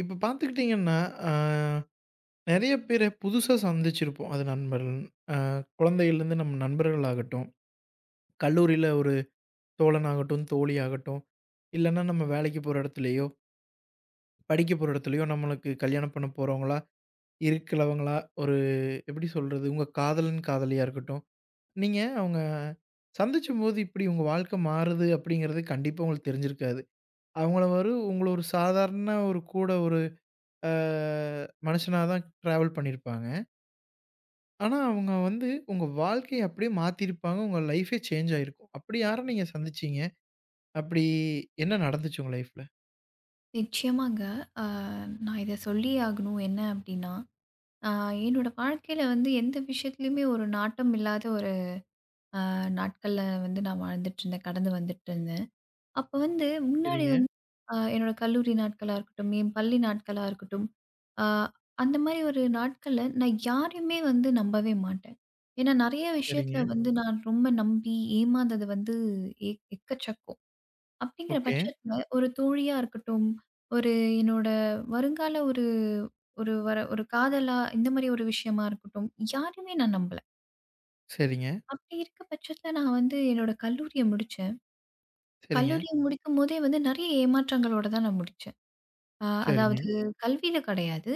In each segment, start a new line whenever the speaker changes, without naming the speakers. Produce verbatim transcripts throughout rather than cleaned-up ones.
இப்ப பார்த்துக்கிட்டீங்கன்னா, அ நெறைய பேர புதுசா சந்திச்சிருப்போம். அது நண்பர்கள், அ குழந்தையிலேருந்து நம்ம நண்பர்களாகட்டும், கல்லூரியில ஒரு தோழனாகட்டும், தோழியாகட்டும், இல்லன்னா நம்ம வேலைக்கு போற இடத்துலயோ, படிக்க போற இடத்துலயோ நம்மளுக்கு கல்யாணம் பண்ண போறவங்களா, இருக்கிறவங்களா, ஒரு எப்படி சொல்றது? உங்க காதலன், காதலியா இருக்கட்டும். நீங்க அவங்க சந்திச்சும்போது இப்படி உங்க வாழ்க்கை மாறுது அப்படிங்கிறது கண்டிப்பா உங்களுக்கு தெரிஞ்சிருக்காது. அவங்கள ஒரு உங்கள ஒரு சாதாரண ஒரு கூட ஒரு அ மனுஷனா தான் ட்ராவல் பண்ணியிருப்பாங்க. ஆனா, அவங்க வந்து உங்க வாழ்க்கைய அப்படியே மாத்தியிருப்பாங்க. உங்க லைஃபே சேஞ்ச் ஆயிருக்கும். அப்படி யார நீங்க சந்திச்சீங்க? அப்படி என்ன நடந்துச்சு உங்க லைஃப்ல?
நிச்சயமாங்க. அ நான் இத சொல்லியே ஆகணும். என்ன அப்டின்னா, அ என்னோட வாழ்க்கையில வந்து எந்த விஷயத்துலயுமே ஒரு நாட்டம் இல்லாத ஒரு அ நாட்கள்ல வந்து நான் வாழ்ந்துட்டுருந்தேன். கடந்து வந்துட்டுருந்தேன். அப்ப வந்து முன்னாடி
சரிங்க,
வந்து அ என்னோட கல்லூரி நாட்களா இருக்கட்டும், என் பள்ளி நாட்களா இருக்கட்டும், அ அந்த மாரி ஒரு நாட்கள்ல நான் யாரையுமே வந்து நம்பவே மாட்டேன். ஏன்னா நெறைய விஷயத்துல
சரிங்க.
வந்து நான் ரொம்ப நம்பி ஏமாந்தது வந்து எ எக்கச்சக்கம். அப்படிங்கிற
ஓகே.
பட்சத்துல, ஒரு தோழியா இருக்கட்டும், ஒரு என்னோட வருங்கால ஒரு ஒரு வர ஒரு காதலா, இந்த மாரி ஒரு விஷயமா இருக்கட்டும், யாரையுமே நான் நம்பல.
சரிங்க,
அப்படி இருக்க பட்சத்துல நான் வந்து என்னோட கல்லூரிய முடிச்சேன்.
சரிங்க,
கல்லூரிய முடிக்கும்போதே வந்து நெறைய ஏமாற்றங்களோட தான் நான் முடிச்சேன். அ
சரிங்க.
அதாவது கல்வியில கிடையாது,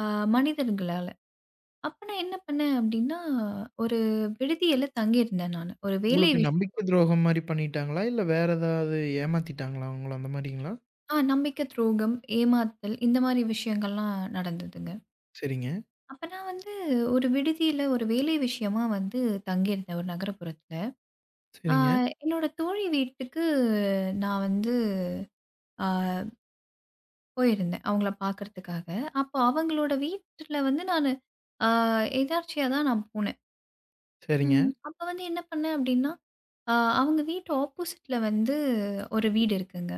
அ மனிதர்களால. அப்ப நான் என்ன பண்ணேன் அப்படின்னா, ஒரு விடுதியில தங்கியிருந்தேன் நானு. ஒரு வேலை
உங்களுக்கு நம்பிக்கை
விஷயமா.
துரோகம் மாரி பண்ணிட்டாங்களா? இல்ல வேற ஏதாவது ஏமாத்திட்டாங்களா உங்கள அந்த மாரிங்களா?
ஆ நம்பிக்கை துரோகம், ஏமாத்தல் இந்த மாரி விஷயங்கள்லாம் நடந்ததுங்க.
சரிங்க,
அப்ப நான் வந்து ஒரு விடுதியில ஒரு வேலை விஷயமா வந்து தங்கியிருந்தேன் ஒரு நகரப்புறத்துல. ஆ
சரிங்க,
என்னோட தோழி வீட்டுக்கு நான் வந்து ஆ போயிருந்தேன் அவங்கள பார்க்கறதுக்காக. அப்போ அவங்களோட வீட்ல வந்து நானு ஆ எதார்ச்சியா தான் நான் போனேன்.
சரிங்க,
ம் அப்ப வந்து என்ன பண்ணேன் அப்டின்னா, ஆ அவங்க வீட்டு ஆப்போசிட்ல வந்து ஒரு வீடு இருக்குங்க.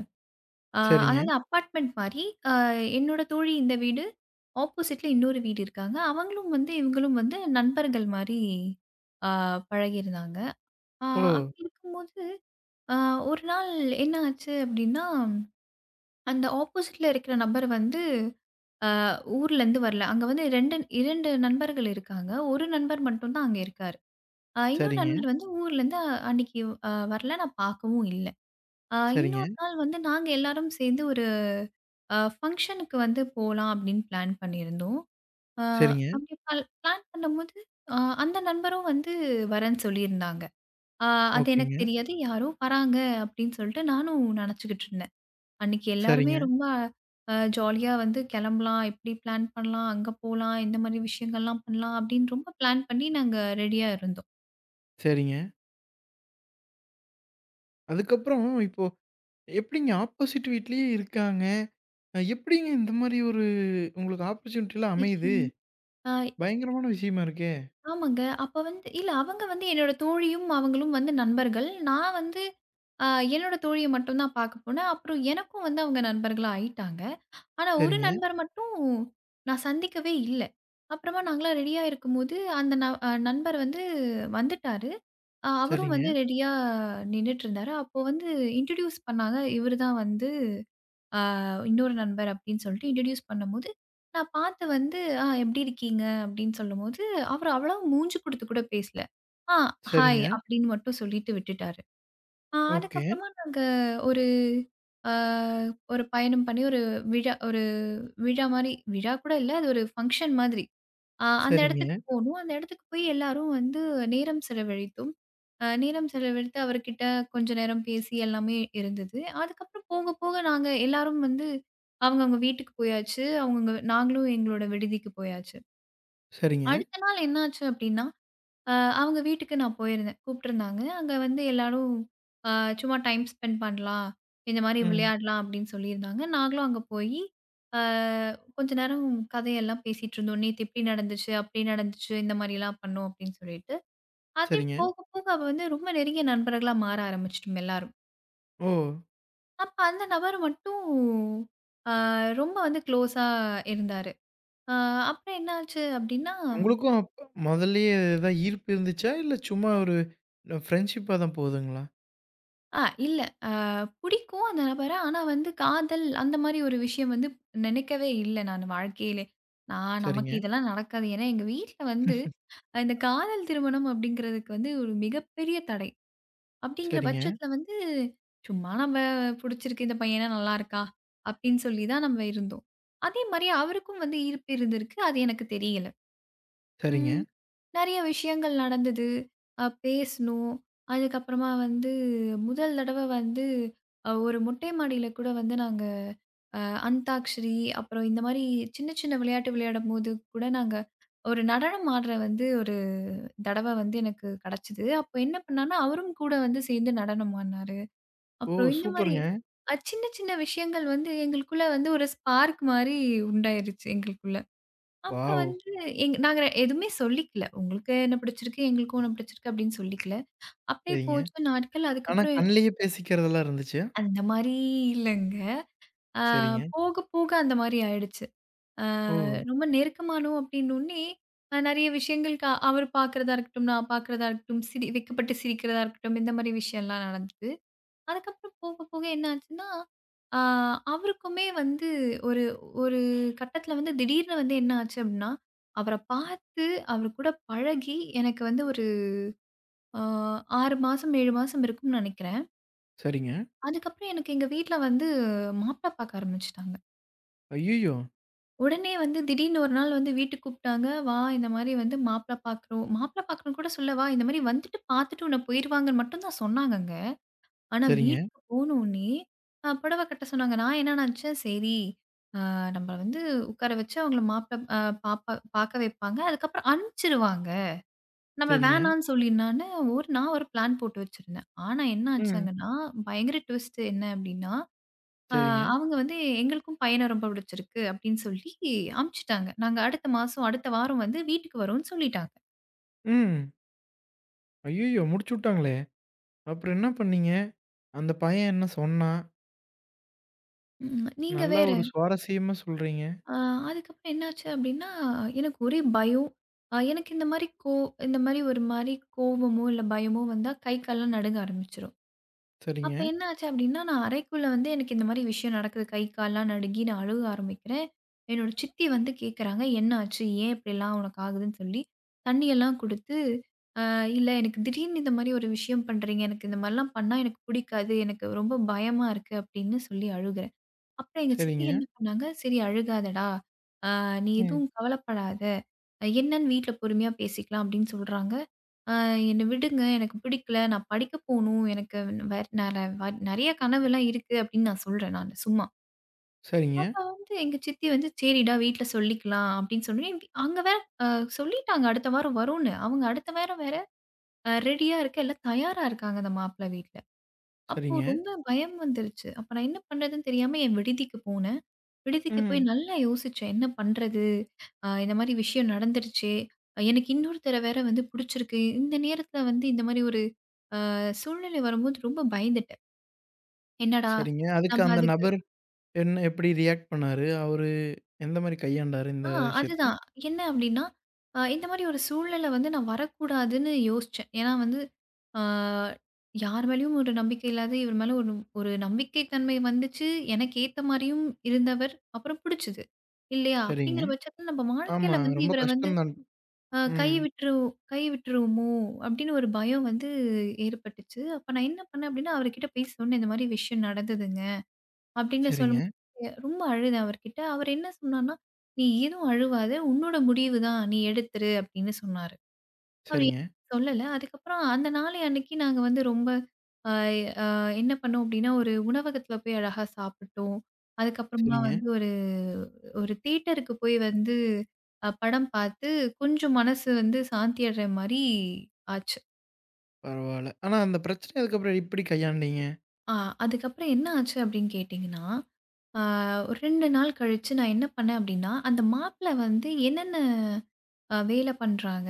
ஆ
சரிங்க.
அதாவது அப்பார்ட்மெண்ட் மாரி. அ என்னோட தோழி இந்த வீடு, ஆப்போசிட்ல இன்னொரு வீடு இருக்காங்க. அவங்களும் வந்து, இவங்களும் வந்து நண்பர்கள் மாரி ஆ பழகியிருந்தாங்க. ஆ
ஓ!
அப்படி இருக்கும்போது, அ ஒரு நாள் என்ன ஆச்சு அப்படின்னா, அந்த ஆப்போசிட்ல இருக்கிற நபர் வந்து அ ஊர்லேருந்து வரல. அங்க வந்து ரெண்டு ரெண்டு நண்பர்கள் இருக்காங்க. ஒரு நண்பர் மட்டும் தான் அங்க இருக்காரு. அ இன்னொரு
சரிங்க,
நண்பர் வந்து ஊர்லேருந்து அன்னைக்கு அ வரல. நான் பார்க்கவும் இல்ல. அ
சரிங்க,
இன்னொரு நாள் வந்து நாங்க எல்லாரும் சேர்ந்து அ ஃபங்ஷனுக்கு வந்து போலாம் அப்படின்னு பிளான் பண்ணியிருந்தோம். அ
சரிங்க.
அப்படி பல் பிளான் பண்ணும்போது, அ அந்த நண்பரும் வந்து வரேன்னு சொல்லியிருந்தாங்க. அ அது எனக்கு
ஓகேங்க.
தெரியாது. யாரோ வராங்க அப்படின்னு சொல்லிட்டு நானும் நினச்சுக்கிட்டு இருந்தேன். அன்னைக்கு எல்லாருமே
சரிங்க,
ரொம்ப அ ஜாலியா வந்து கிளம்பலாம், இப்படி பிளான் பண்ணலாம், அங்க போலாம், இந்த மாதிரி விஷயங்கள்லாம் பண்ணலாம் அப்படின்னு ரொம்ப பிளான் பண்ணி நாங்க ரெடியா இருந்தோம்.
சரிங்க. அதுக்கப்புறம் இப்போ எப்படிங்க ஆப்போசிட் வீட்லயே இருக்காங்க. அ எப்படிங்க இந்த மாரி ஒரு உங்களுக்கு ஆப்பர்ச்சுனிட்டிலாம் அமையுது?
நிச்சயமா. அ
பயங்கரமான விஷயமா இருக்கே!
ஆமாங்க. அப்ப வந்து இல்ல அவங்க வந்து என்னோட தோழியும், அவங்களும் வந்து நண்பர்கள். நான் வந்து அ என்னோட தோழிய மட்டும் தான் பார்க்க போனேன். அப்புறம் எனக்கும் வந்து அவங்க நண்பர்களா ஆயிட்டாங்க. ஆனா ஒரு
சரிங்க,
நண்பர் மட்டும் நான் சந்திக்கவே இல்ல. அப்புறமா நாங்கலாம் ரெடியா இருக்கும்போது, அந்த ந அ நண்பர் வந்து வந்துட்டாரு. அ அவரும்
சரிங்க,
வந்து ரெடியா நின்னுட்டு இருந்தாரு. அப்போ வந்து இன்ட்ரோடியூஸ் பண்ணாங்க. இவரு தான் வந்து ஆ இன்னொரு நண்பர் அப்படின்னு சொல்லிட்டு இன்ட்ரடியூஸ் பண்ணும்போது, நான் பார்த்து வந்து, "ஆ எப்படி இருக்கீங்க?" அப்படின்னு சொல்லும்போது, அவரு அவ்வளவா மூஞ்சு குடுத்து கூட பேசல. "ஆ ஹாய்"
சரிங்க.
அப்படின்னு மட்டும் சொல்லிட்டு விட்டுட்டாரு. ஆ
ஓகே.
அதுக்கப்புறமா நாங்க ஒரு அ ஒரு பயணம் பண்ணி ஒரு விழா ஒரு விழா மாரி விழா கூட இல்ல. அது ஒரு ஃபங்ஷன் மாதிரி. அ அந்த
சரிங்க,
இடத்துக்கு போனோம். அந்த இடத்துக்கு போய் எல்லாரும் வந்து நேரம் செலவழித்தோம். அ நேரம் செலவழித்து அவர்கிட்ட கொஞ்ச நேரம் பேசி எல்லாமே இருந்தது. அதுக்கப்புறம் போக போக நாங்க எல்லாரும் வந்து அவங்கவங்க வீட்டுக்கு போயாச்சு. அவங்கவங்க நாங்களும் எங்களோட விடுதிக்கு போயாச்சு.
சரிங்க.
அடுத்த நாள் என்னாச்சு அப்டின்னா அ அவங்க வீட்டுக்கு நான் போயிருந்தேன். கூப்பிட்டுருந்தாங்க. அங்க வந்து எல்லாரும் அ சும்மா டைம் ஸ்பெண்ட் பண்ணலாம். இந்த மாரி
ம்.
விளையாடலாம் அப்படின்னு சொல்லியிருந்தாங்க. நாங்களும் அங்க போயி, அ கொஞ்ச நேரம் கதையெல்லாம் பேசிட்டு இருந்தோம். "நேத்து இப்படி நடந்துச்சு, அப்படி நடந்துச்சு, இந்த மாரிலாம் பண்ணோம்" அப்படின்னு சொல்லிட்டு. அதே
சரிங்க.
போக போக அவ வந்து ரொம்ப நெருங்கிய நண்பர்களா மாற ஆரம்பிச்சுட்டோம் எல்லாரும்.
ஓ!
அப்ப அந்த நபர் மட்டும் அ ரொம்ப வந்து க்ளோஸா இருந்தாரு. அ அப்புறம் என்ன ஆச்சு அப்படின்னா,
உங்களுக்கும் அப் முதல்லயே ஏதாவது ஈர்ப்பு இருந்துச்சா? இல்ல சும்மா ஒரு ஃப்ரெண்ட்ஷிப்பா தான் போகுதுங்களா?
அ இல்ல அ பிடிக்கும் அந்த நபர. ஆனா வந்து காதல் அந்த மாரி ஒரு விஷயம் வந்து நினைக்கவே இல்ல நானு வாழ்க்கையிலே. நான் நமக்கு
சரிங்க,
இதெல்லாம் நடக்காது. ஏன்னா எங்க வீட்ல வந்து அஹ் இந்த காதல் திருமணம் அப்படிங்கிறதுக்கு வந்து ஒரு மிகப்பெரிய தடை. அப்படிங்கிற
சரிங்க,
பட்சத்தில வந்து சும்மா நம்ம புடிச்சிருக்கு இந்த பையனா நல்லா இருக்கா அப்படின்னு சொல்லி தான் நம்ம இருந்தோம். அதே மாரி அவருக்கும் வந்து ஈர்ப்பு இருந்திருக்கு. அது எனக்கு தெரியல.
சரிங்க.
ம். நெறைய விஷயங்கள் நடந்தது. அ பேசுனோம். அதுக்கப்புறமா வந்து முதல் தடவ வந்து அ ஒரு மொட்டை மாடியில கூட வந்து நாங்க அ அந்தாக்ஷரி, அப்புறம் இந்த மாரி சின்ன சின்ன விளையாட்டு விளையாடும்போது கூட நாங்க ஒரு நடனம் ஆடுற வந்து ஒரு தடவ வந்து எனக்கு கெடைச்சது. அப்ப என்ன பண்ணேன்னா, அவரும் கூட வந்து சேர்ந்து நடனம் ஆடுனாரு.
ஓ!
அப்புறம் இந்த மாரி
சூப்பருங்க.
அ சின்ன சின்ன விஷயங்கள் வந்து எங்களுக்குள்ள வந்து ஒரு ஸ்பார்க் மாரி உண்டாயிருச்சு எங்களுக்குள்ள. அப்புறம்
வாவ்!
வந்து எங் நாங்க ரெ- எதுவுமே சொல்லிக்கல. உங்களுக்கு என்ன பிடிச்சிருக்கு, எங்களுக்கும் உன்ன பிடிச்சிருக்கு அப்படின்னு சொல்லிக்கல. அப்படியே
சரிங்க.
போச்சு நாட்கள்.
ஆனா
அதுக்கப்புறம்
கண்லயே பேசிக்கிறதெல்லாம் இருந்துச்சா?
அந்த மாரி இல்லங்க. ஆ
சரிங்க.
போக போக அந்த மாரி ஆயிடுச்சு. ஆ
ஓ!
ரொம்ப நெருக்கமானோம் அப்படின்னோனே, அ நெறைய விஷயங்களுக்கு அவரு பார்க்கிறதா இருக்கட்டும், நான் பார்க்கிறதா இருக்கட்டும், சிரி வெட்கப்பட்டு சிரிக்கிறதா இருக்கட்டும், இந்த மாரி விஷயம்லாம் நடந்துச்சு. அதுக்கப்புறம் போக போக என்ன ஆச்சுன்னா, ஆ அவருக்குமே வந்து ஒரு ஒரு கட்டத்தில வந்து திடீர்னு வந்து என்ன ஆச்சு அப்படின்னா, அவர பார்த்து அவர் கூட பழகி எனக்கு வந்து ஒரு அ ஆறு மாசம், ஏழு மாசம் இருக்கும்னு நினைக்கிறேன்.
சரிங்க.
அதுக்கப்புறம் எனக்கு எங்க வீட்ல வந்து மாப்பிள பார்க்க ஆரம்பிச்சுட்டாங்க.
ஐய்யயோ!
உடனே வந்து திடீர்னு ஒரு நாள் வந்து வீட்டுக்கு கூப்பிட்டாங்க. "வா இந்த மாரி வந்து மாப்பிள பார்க்குறோம்." மாப்பிள பார்க்குறோம்ன்னு கூட சொல்ல, "வா இந்த மாரி வந்துட்டு பார்த்துட்டு உன்ன போயிருவாங்கன்னு" மட்டும் தான் சொன்னாங்கங்க. ஆனா
சரிங்க,
வீட்டுக்கு போனோனே அ புடவ கட்ட சொன்னாங்க. நான் என்ன நினச்சேன், சரி அ நம்மள வந்து உட்கார வச்சு அவங்கள மாப்பிள அ பாப்பா பாக்க வைப்பாங்க. அதுக்கப்புறம் அனுப்பிச்சுருவாங்க. நம்ம
சரிங்க.
வேணான்னு சொல்லிடலான்னு ஒரு நான் ஒரு பிளான் போட்டு வச்சிருந்தேன். ஆனா என்ன
ம்.
ஆச்சாங்கன்னா, பயங்கர ட்விஸ்ட் என்ன அப்டின்னா, அ
சரிங்க.
அவங்க வந்து எங்களுக்கும் பையன ரொம்ப பிடிச்சிருக்கு அப்டின்னு சொல்லி அனுப்பிச்சுட்டாங்க. நாங்க அடுத்த மாசம், அடுத்த வாரம் வந்து வீட்டுக்கு வரோம்ன்னு சொல்லிட்டாங்க.
ம். ஐய்யய்யோ! முடிச்சு விட்டாங்களே! அப்புறம் என்ன பண்ணீங்க? அந்த பையன் என்ன சொன்னான்?
ம். நீங்க
நல்லா
வேற.
ஒரு சுவாரஸ்யமா சொல்றீங்க.
அ அதுக்கப்புறம் என்னாச்சு அப்டின்னா, எனக்கு ஒரே பயம். அ எனக்கு இந்த மாரி கோ இந்த மாரி ஒரு மாரி கோவமோ, இல்ல பயமோ வந்தா கை, கால்லாம் நடுங்க ஆரம்பிச்சுரும். அப்ப
சரிங்க,
என்ன ஆச்சு அப்படின்னா, நான் அறைக்குள்ள வந்து எனக்கு இந்த மாரி விஷயம் நடக்குது. கை, கால்லாம் நடுங்கி நான் அழுக ஆரம்பிக்கிறேன். என்னோட சித்தி வந்து கேட்குறாங்க, "என்ன ஆச்சு? ஏன் இப்படிலாம் உனக்கு ஆகுதுன்னு?" சொல்லி தண்ணியெல்லாம் குடுத்து, "அ இல்ல எனக்கு திடீர்னு இந்த மாரி ஒரு விஷயம் பண்றீங்க. எனக்கு இந்த மாரிலாம் பண்ணா எனக்கு புடிக்காது. எனக்கு ரொம்ப பயமா இருக்கு." அப்படின்னு சொல்லி அழுகுறேன். அப்புறம் எங்க சித்தி
சரிங்க,
என்ன பண்ணாங்க, "சரி அழுகாதடா! அ நீ
ம்.
எதுவும் கவலைப்படாத. அஹ் என்னன்னு வீட்ல பொறுமையா பேசிக்கலாம்" அப்படின்னு சொல்றாங்க. அ "என்ன விடுங்க. எனக்கு பிடிக்கல. நான் படிக்க போணும். எனக்கு வேற நெற நெறைய கனவுலாம் இருக்கு" அப்படின்னு நான் சொல்றேன் நானு சும்மா.
சரிங்க,
அவ வந்து எங்க சித்தி வந்து, "சரிடா வீட்ல சொல்லிக்கலாம்" அப்படின்னு சொல்லி அங்க வேற அ சொல்லிட்டாங்க அடுத்த வாரம் வரும்ன்னு. அவங்க அடுத்த வாரம் வேற அ ரெடியா இருக்க, எல்லாம் தயாரா இருக்காங்க அந்த மாப்பிள்ளை வீட்ல. அப்போ
சரிங்க,
ரொம்ப பயம் வந்துருச்சு. அப்ப நான் என்ன பண்றதுன்னு தெரியாம என் விடுதிக்கு போனேன். விடுதிக்கு போய்
ம்.
நல்லா யோசிச்சேன். என்ன பண்றது? அ இந்த மாரி விஷயம் நடந்துருச்சே! ஆஹ் எனக்கு இன்னொருத்தர வேற வந்து புடிச்சிருக்கு. இந்த நேரத்துல வந்து இந்த மாரி ஒரு அ சூழ்நிலை வரும்போது ரொம்ப பயந்துட்டேன். என்னடா!
சரிங்க. அதுக்கு
நம்ம
அந்த
அதுக்கு
நபர் என்ன எப்படி ரியாக்ட் பண்ணாரு? அவரு எந்த மாரி கையாண்டாரு இந்த
ஆ
விஷயத்த?
அதுதான். என்ன அப்டின்னா, அ இந்த மாரி ஒரு சூழ்நிலை வந்து நான் வரக்கூடாதுன்னு யோசிச்சேன். ஏன்னா வந்து, ஆ யார் மேலயும் ஒரு நம்பிக்கை இல்லாத இவர் மேல ஒரு ஒரு நம்பிக்கை தன்மை வந்துச்சு. எனக்கு ஏத்த மாரியும் இருந்தவர். அப்புறம் புடிச்சது. இல்லையா?
சரிங்க.
அப்டிங்கிற பட்சத்துல நம்ம
ஆமா.
வாழ்க்கையில வந்து
ரொம்ப
இவர வந்து
கஷ்டம் தான்.
அ கை
ம்.
விட்டுருவோ கை விட்டுருவோமோ! அப்படின்னு ஒரு பயம் வந்து ஏற்பட்டுச்சு. அப்ப நான் என்ன பண்ணேன் அப்படின்னா, அவர்கிட்ட போய் சொன்னேன். இந்த மாரி விஷயம் நடந்ததுங்க. அப்படின்னு
சரிங்க,
சொல்லும்போது ரொம்ப அழுதேன் அவர்கிட்ட. அவர் என்ன சொன்னார்ன்னா, "நீ எதுவும் அழுவாத. உன்னோட முடிவு தான். நீ எடுத்துரு" அப்படின்னு சொன்னாரு. அப்படி
சரிங்க,
சொல்லல. அதுக்கப்புறம் அந்த நாளை அன்னைக்கு நாங்க வந்து ரொம்ப அ அ என்ன பண்ணோம் அப்படின்னா, ஒரு உணவகத்துல போய் அழகா சாப்பிட்டோம். அதுக்கப்புறமா
சரிங்க.
வந்து ஒரு ஒரு தியேட்டருக்கு போய் வந்து அ படம் பார்த்து கொஞ்சம் மனசு வந்து சாந்தி அடைற மாரி ஆச்சு.
பரவால்ல. ஆனா அந்த பிரச்சனைய அதுக்கப்புறம் எப்படி கையாண்டீங்க?
ஆ அதுக்கப்புறம் என்ன ஆச்சு அப்படின்னு கேட்டீங்கன்னா, அ ஒரு ரெண்டு நாள் கழிச்சு நான் என்ன பண்ணேன் அப்படின்னா, அந்த மாப்பிள வந்து என்னென்ன அ வேலை பண்றாங்க.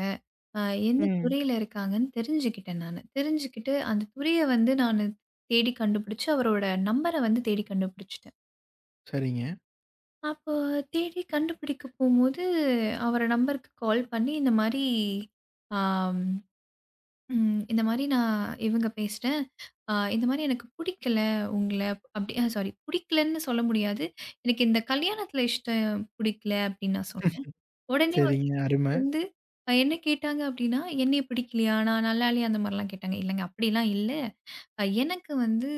அ எந்த
ம்.
துறையில இருக்காங்கன்னு தெரிஞ்சுக்கிட்டேன் நானு. தெரிஞ்சுக்கிட்டு அந்த துறைய வந்து நானு தேடி கண்டுபிடிச்சு, அவரோட நம்பர வந்து தேடி கண்டுபிடிச்சுட்டேன்.
சரிங்க,
அப்போ தேடி கண்டுபிடிக்க போம்போது, அவர நம்பருக்கு கால் பண்ணி இந்த மாரி, ஆம், ம் இந்த மாரி நான் இவங்க பேசுறேன். அ இந்த மாரி எனக்கு புடிக்கல உங்கள அப்டி அ சாரி புடிக்கலன்னு சொல்ல முடியாது. எனக்கு இந்த கல்யாணத்துல இஷ்டம் புடிக்கல அப்டின்னு நான் சொன்னேன். உடனே
சரிங்க. அரும.
வந்து அ என்ன கேட்டாங்க அப்டின்னா, "என்னைய பிடிக்கலையா? நான் நல்லா இல்லையா?" அந்த மாரிலாம் கேட்டாங்க. இல்லங்க அப்படிலாம் இல்ல. அ எனக்கு வந்து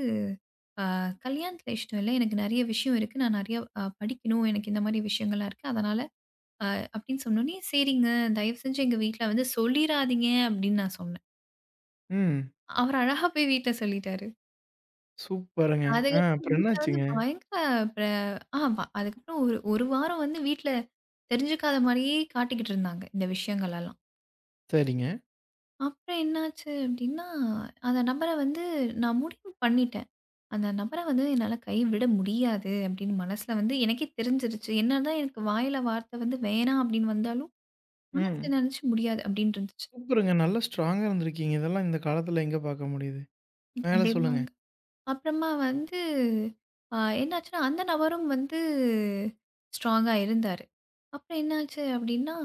அ கல்யாணத்தில இஷ்டம் இல்ல. எனக்கு நெறைய விஷயம் இருக்கு. நான் நெறைய அ படிக்கணும். எனக்கு இந்த மாரி விஷயங்கள்லாம் இருக்கு. அதனால அப்படின்னு சொன்னோனே, "சரிங்க. தயவு செஞ்சு எங்க வீட்ல வந்து சொல்லிறாதீங்க" அப்படின்னு நான் சொன்னேன்.
ம்.
அவரு அழகா போய் வீட்ல சொல்லிட்டாரு.
சூப்பருங்க. ஆ
அதுக்கப்புறம்
அப்புறம்
வீட்ல வந்து
என்னாச்சுங்க?
பயங்கர பிர ஆமா. அதுக்கப்புறம் ஒரு 1 வாரம் வந்து வீட்ல தெரிஞ்சுக்காத மாரியே காட்டிக்கிட்டு இருந்தாங்க, இந்த விஷயங்களெல்லாம்.
சரிங்க.
அப்புறம் என்னாச்சு அப்டின்னா, அந்த நபர வந்து நான் முடிவு பண்ணிட்டேன். அந்த நபர வந்து என்னால கைவிட முடியாது அப்டின்னு மனசுல வந்து எனக்கே தெரிஞ்சிருச்சு. என்னதான் எனக்கு வாயில வார்த்தை வந்து வேணாம் அப்டின்னு வந்தாலும்,
ம்.
மனசுல நெனச்சு முடியாது அப்டின்னு இருந்துச்சு.
சூப்பருங்க. நல்லா ஸ்ட்ராங்கா இருந்திருக்கீங்க. இதெல்லாம் இந்த காலத்துல எங்க பார்க்க முடியுது. மேல சொல்லுங்க.
கண்டிப்பாங்க. அப்புறமா வந்து அ என்னாச்சுன்னா, அந்த நபரும் வந்து ஸ்ட்ராங்கா இருந்தாரு. அப்புறம் என்னாச்சு அப்டின்னா,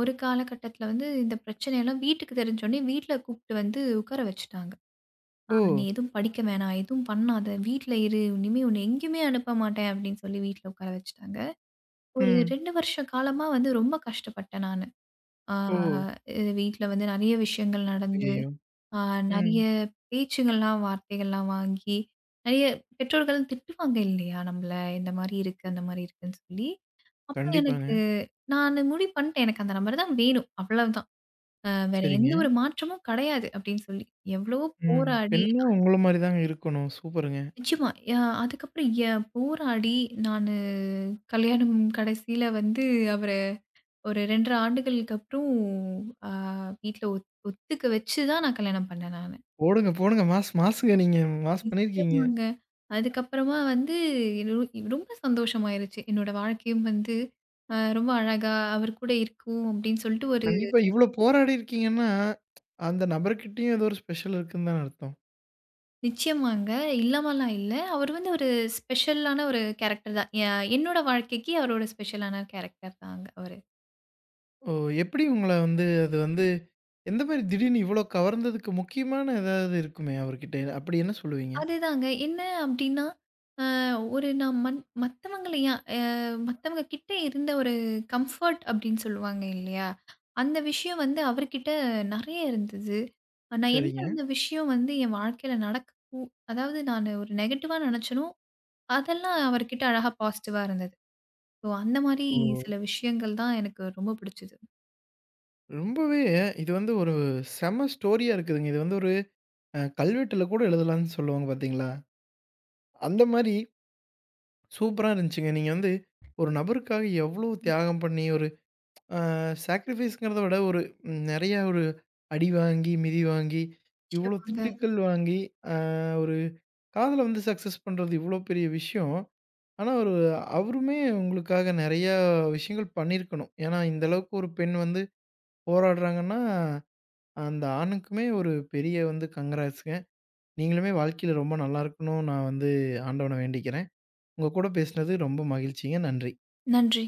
ஒரு காலகட்டத்தில வந்து இந்த பிரச்சனையெல்லாம் வீட்டுக்கு தெரிஞ்சோனே, வீட்ல கூப்ட்டு வந்து உட்கார வச்சுட்டாங்க.
ஓ!
"நீ எதுவும் படிக்க வேணாம், எதுவும் பண்ணாத, வீட்ல இரு. இனிமே உன்னை எங்கேயுமே அனுப்ப மாட்டேன்." அப்படின்னு சொல்லி வீட்ல உட்கார வச்சுட்டாங்க. ஒரு
ம்.
ரெண்டு வருஷ காலமா வந்து ரொம்ப கஷ்டப்பட்டேன் நானு. ஆ
ஓ!
இது வீட்ல வந்து நெறைய விஷயங்கள் நடந்து,
ஐயய்யோ!
ஆ
ம்.
நெறைய பேச்சுங்கள்லாம், வார்த்தைகள்லாம் வாங்கி, நெறைய பெற்றோர்கள் திட்டுவாங்க இல்லையா? நம்மள இந்த மாரி இருக்கு, அந்த மாரி இருக்குன்னு சொல்லி. அப்ப எனக்கு
கண்டிப்பாங்க.
நானு முடிவு பண்ணிட்டேன், "எனக்கு அந்த நபர் தான் வேணும். அவ்வளவுதான். அ வேற எந்த
சரிங்க.
ஒரு மாற்றமும் கெடையாது." அப்படின்னு சொல்லி. எவ்வளவோ
ம்.
போராடி
பெண்ணும் உங்கள மாரி தாங்க இருக்கணும். சூப்பருங்க.
நிச்சயமா. யா அதுக்கப்புறம் ய போராடி நானு கல்யாணம் கடைசியில வந்து அவர ஒரு இரண்டரை ஆண்டுகளுக்கு அப்புறம் அ வீட்ல ஒத் ஒத்துக்க வச்சு தான் நான் கல்யாணம் பண்ணேன் நானு.
ஓடுங்க, போடுங்க. மாஸ் மாஸுங்க நீங்க. மாஸ் பண்ணியிருக்கீங்க.
நிச்சயமாங்க. அதுக்கப்புறமா வந்து ரொ ரொம்ப சந்தோஷமாயிருச்சு. என்னோட வாழ்க்கையும் வந்து அ ரொம்ப அழகா அவர் கூட இருக்கும் அப்படின்னு சொல்லிட்டு ஒரு
கண்டிப்பா இவ்ளோ போராடி இருக்கீங்கன்னா, அந்த நபர்கிட்டயும் ஏதோ ஒரு ஸ்பெஷல் இருக்குன்னு தான அர்த்தம்.
நிச்சயமாங்க. இல்லாமலாம் இல்ல. அவர் வந்து ஒரு ஸ்பெஷலான ஒரு கேரக்டர் தான். எ என்னோட வாழ்க்கைக்கு அவரோட ஸ்பெஷலான கேரக்டர் தாங்க அவரு.
ஓ! எப்படி உங்கள வந்து அது வந்து எந்த மாரி திடீர்னு இவ்ளோ கவர்ந்ததுக்கு முக்கியமான ஏதாவது இருக்குமே அவர்கிட்ட. அப்படி என்ன சொல்லுவீங்க?
அதுதாங்க. என்ன அப்டின்னா, அ ஒரு நான் மன் மத்தவங்கள ஏன் அ மத்தவங்க கிட்ட இருந்த ஒரு கம்ஃபர்ட் அப்டின்னு சொல்லுவாங்க இல்லையா? அந்த விஷயம் வந்து அவர்கிட்ட நெறைய இருந்தது. நான்
சரிங்க.
எந்தெந்த விஷயம் வந்து என் வாழ்க்கையில நடக்க கூ அதாவது நானு ஒரு நெகட்டிவா நெனச்சனோ, அதெல்லாம் அவர்கிட்ட அழகா பாசிட்டிவா இருந்தது. ஸோ அந்த மாரி
ஓ!
சில விஷயங்கள் தான் எனக்கு ரொம்ப பிடிச்சது.
ரொம்பவே இது வந்து ஒரு செம ஸ்டோரியா இருக்குதுங்க. இது வந்து ஒரு அ கல்வெட்டுல கூட எழுதலாம்ன்னு சொல்லுவாங்க பார்த்தீங்களா? அந்த மாரி சூப்பரா இருந்துச்சுங்க. நீங்க வந்து ஒரு நபருக்காக எவ்ளோ தியாகம் பண்ணி ஒரு அ சாக்ரிஃபைஸ்ங்கிறத விட ஒரு நெறையா ஒரு அடி வாங்கி, மிதி வாங்கி, இவ்ளோ
நிச்சயமாங்க.
திட்டுக்கள் வாங்கி, அ ஒரு காதல வந்து சக்சஸ் பண்றது இவ்ளோ பெரிய விஷயம். ஆனா ஒரு அவருமே உங்களுக்காக நெறையா விஷயங்கள் பண்ணியிருக்கணும். ஏன்னா இந்த அளவுக்கு ஒரு பெண் வந்து போராடுறாங்கன்னா அந்த ஆணுக்குமே ஒரு பெரிய வந்து கங்ராட்ஸ்ங்க. நீங்களுமே வாழ்க்கையில ரொம்ப நல்லா இருக்கணும்னு நான் வந்து ஆண்டவன வேண்டிக்கிறேன். உங்க கூட பேசினது ரொம்ப மகிழ்ச்சிங்க. நன்றி.
நன்றி.